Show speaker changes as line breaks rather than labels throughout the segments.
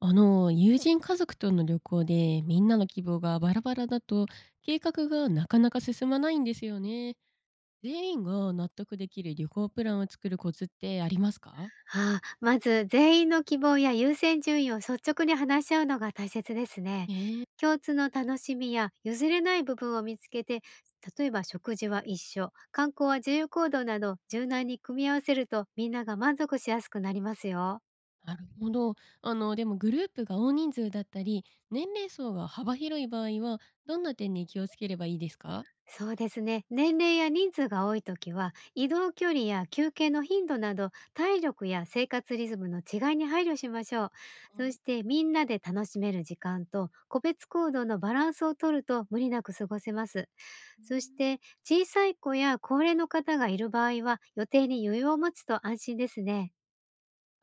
友人家族との旅行でみんなの希望がバラバラだと計画がなかなか進まないんですよね。全員が納得できる旅行プランを作るコツってありますか？
ああ、まず全員の希望や優先順位を率直に話し合うのが大切ですね。
ええ。
共通の楽しみや譲れない部分を見つけて、例えば食事は一緒、観光は自由行動など柔軟に組み合わせるとみんなが満足しやすくなりますよ。
なるほど。あの、でもグループが大人数だったり、年齢層が幅広い場合は、どんな点に気をつければいいですか？
そうですね。年齢や人数が多いときは、移動距離や休憩の頻度など、体力や生活リズムの違いに配慮しましょう。
は
そ
い。
して、みんなで楽しめる時間と、個別行動のバランスをとると無理なく過ごせます。
うー
そし
ん。
て、小さい子や高齢の方がいる場合は、予定に余裕を持つと安心ですね。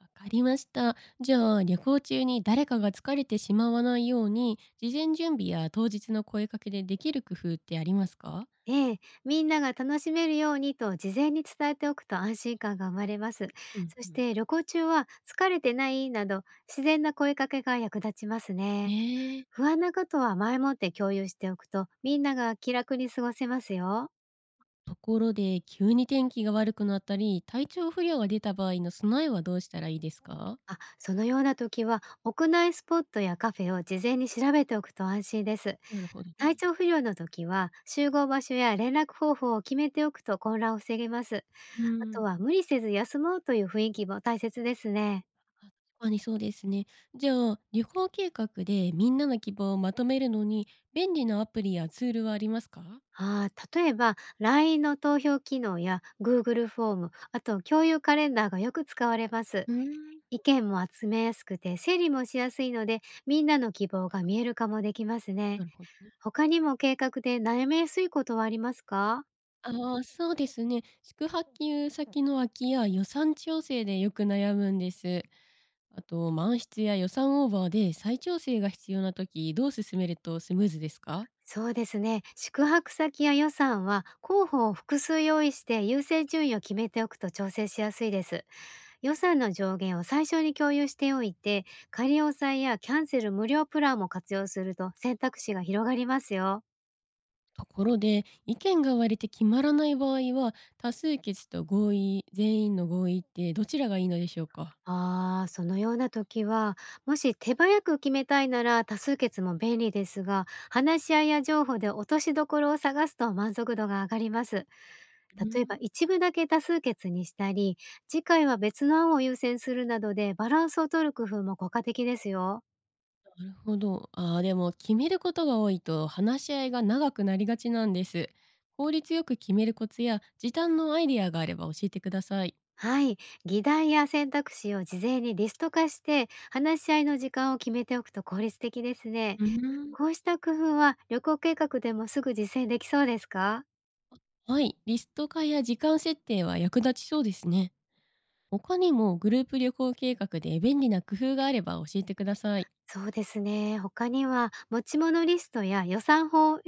わかりました。じゃあ、旅行中に誰かが疲れてしまわないように、事前準備や当日の声かけでできる工夫ってありますか？
ええ、みんなが楽しめるようにと事前に伝えておくと安心感が生まれます。
うん
そ
う
し
ん。
て旅行中は疲れてないなど自然な声かけが役立ちます
え
ね。
ー
不安なことは前もって共有しておくとみんなが気楽に過ごせますよ。
ところで、急に天気が悪くなったり、体調不良が出た場合の備えはどうしたらいいですか？
あ、そのような時は屋内スポットやカフェを事前に調べておくと安心です。
なるほど
体
ね。
調不良の時は集合場所や連絡方法を決めておくと混乱を防げます。
う
あと
ん。
は無理せず休もうという雰囲気も大切ですね。
あ、確かにそうですね。じゃあ、旅行計画でみんなの希望をまとめるのに、便利なアプリやツールはありますか？
ああ、例えば LINE の投票機能や Google フォーム、あと共有カレンダーがよく使われます。
うーん、
意見も集めやすくて整理もしやすいので、みんなの希望が見える化もできます
な
ね。
るほどね。
他にも計画で悩みやすいことはありますか？
ああ、そうですね。宿泊先の空きや予算調整でよく悩むんです。あと、満室や予算オーバーで再調整が必要な時、どう進めるとスムーズですか？
そうですね。宿泊先や予算は候補を複数用意して優先順位を決めておくと調整しやすいです。予算の上限を最初に共有しておいて、仮押さえやキャンセル無料プランも活用すると選択肢が広がりますよ。
ところで、意見が割れて決まらない場合は多数決と合意全員の合意ってどちらがいいのでしょうか？
ああ、そのような時は、もし手早く決めたいなら多数決も便利ですが、話し合いや情報で落としどころを探すと満足度が上がります。
うー
例えば
ん。
一部だけ多数決にしたり、次回は別の案を優先するなどでバランスを取る工夫も効果的ですよ。
なるほど。ああ、でも決めることが多いと話し合いが長くなりがちなんです。効率よく決めるコツや時短のアイデアがあれば教えてください。
はい。議題や選択肢を事前にリスト化して、話し合いの時間を決めておくと効率的ですね。
うーん。
こうした工夫は旅行計画でもすぐ実践できそうですか？
はい、リスト化や時間設定は役立ちそうですね。他にもグループ旅行計画で便利な工夫があれば教えてください。
そうですね。他には、持ち物リストや予算法を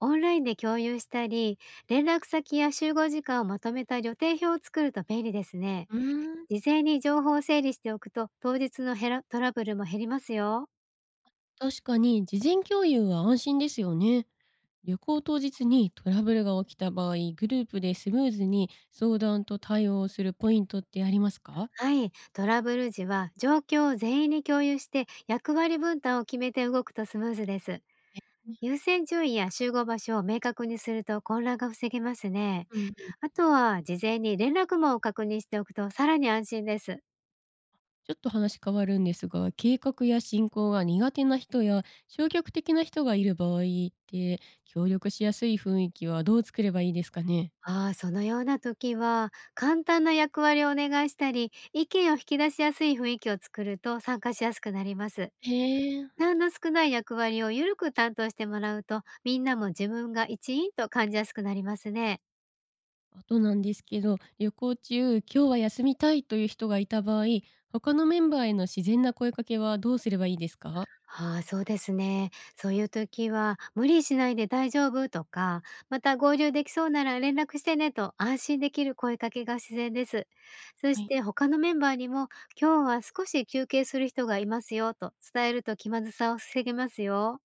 オンラインで共有したり、連絡先や集合時間をまとめた予定表を作ると便利ですね。
うーん。
事前に情報を整理しておくと、当日のヘラトラブルも減りますよ。
確かに事前共有は安心ですよね。旅行当日にトラブルが起きた場合、グループでスムーズに相談と対応をするポイントってありますか？
はい、トラブル時は状況を全員に共有して役割分担を決めて動くとスムーズです。
え、ね、
優先順位や集合場所を明確にすると混乱が防げますね。
うん、ち
あとは事前に連絡網を確認しておくとさらに安心です。
ょっと話変わるんですが、計画や進行が苦手な人や消極的な人がいる場合って、協力しやすい雰囲気はどう作ればいいですかね？
ああ、そのような時は簡単な役割をお願いしたり意見を引き出しやすい雰囲気を作ると参加しやすくなります。
へえ。
負担の少ない役割をゆるく担当してもらうとみんなも自分が一員と感じやすくなりますね。
あとなんですけど、旅行中、今日は休みたいという人がいた場合、他のメンバーへの自然な声かけはどうすればいいですか？
ああ、そうですね。そういう時は、無理しないで大丈夫とか、また合流できそうなら連絡してねと安心できる声かけが自然です。そ
は
し
い。
て他のメンバーにも、今日は少し休憩する人がいますよと伝えると気まずさを防げますよ。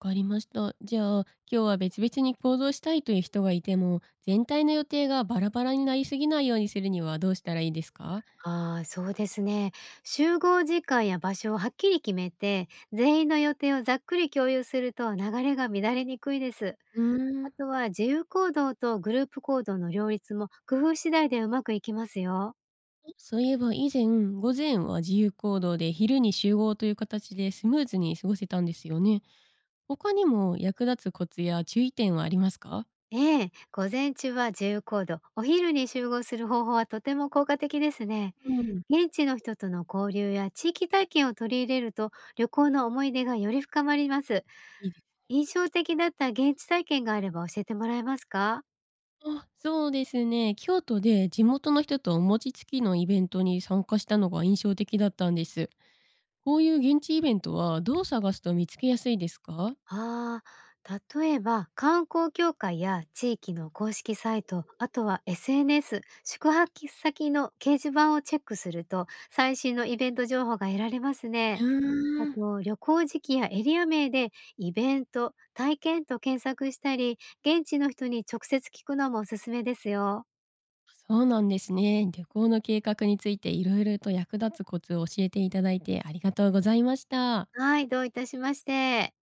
わかりました。じゃあ、今日は別々に行動したいという人がいても、全体の予定がバラバラになりすぎないようにするにはどうしたらいいですか？
ああ、そうですね。集合時間や場所をはっきり決めて、全員の予定をざっくり共有すると流れが乱れにくいです。
うー
あ
ん、
とは自由行動とグループ行動の両立も工夫次第でうまくいきますよ。
そういえば以前、午前は自由行動で昼に集合という形でスムーズに過ごせたんですよね。他にも役立つコツや注意点はありますか？
ええ、午前中は自由行動、お昼に集合する方法はとても効果的ですね。
うん、
現地の人との交流や地域体験を取り入れると旅行の思い出がより深まります。
いいです。
印象的だった現地体験があれば教えてもらえますか？
あ、そうですね。京都で地元の人とお餅つきのイベントに参加したのが印象的だったんです。こういう現地イベントはどう探すと見つけやすいですか？
ああ、例えば観光協会や地域の公式サイト、あとは SNS、宿泊先の掲示板をチェックすると最新のイベント情報が得られます
う
ね。あ
ーん。
と旅行時期やエリア名でイベント、体験と検索したり、現地の人に直接聞くのもおすすめですよ。
そうなんですね。旅行の計画についていろいろと役立つコツを教えていただいてありがとうございました。
はい、どういたしまして。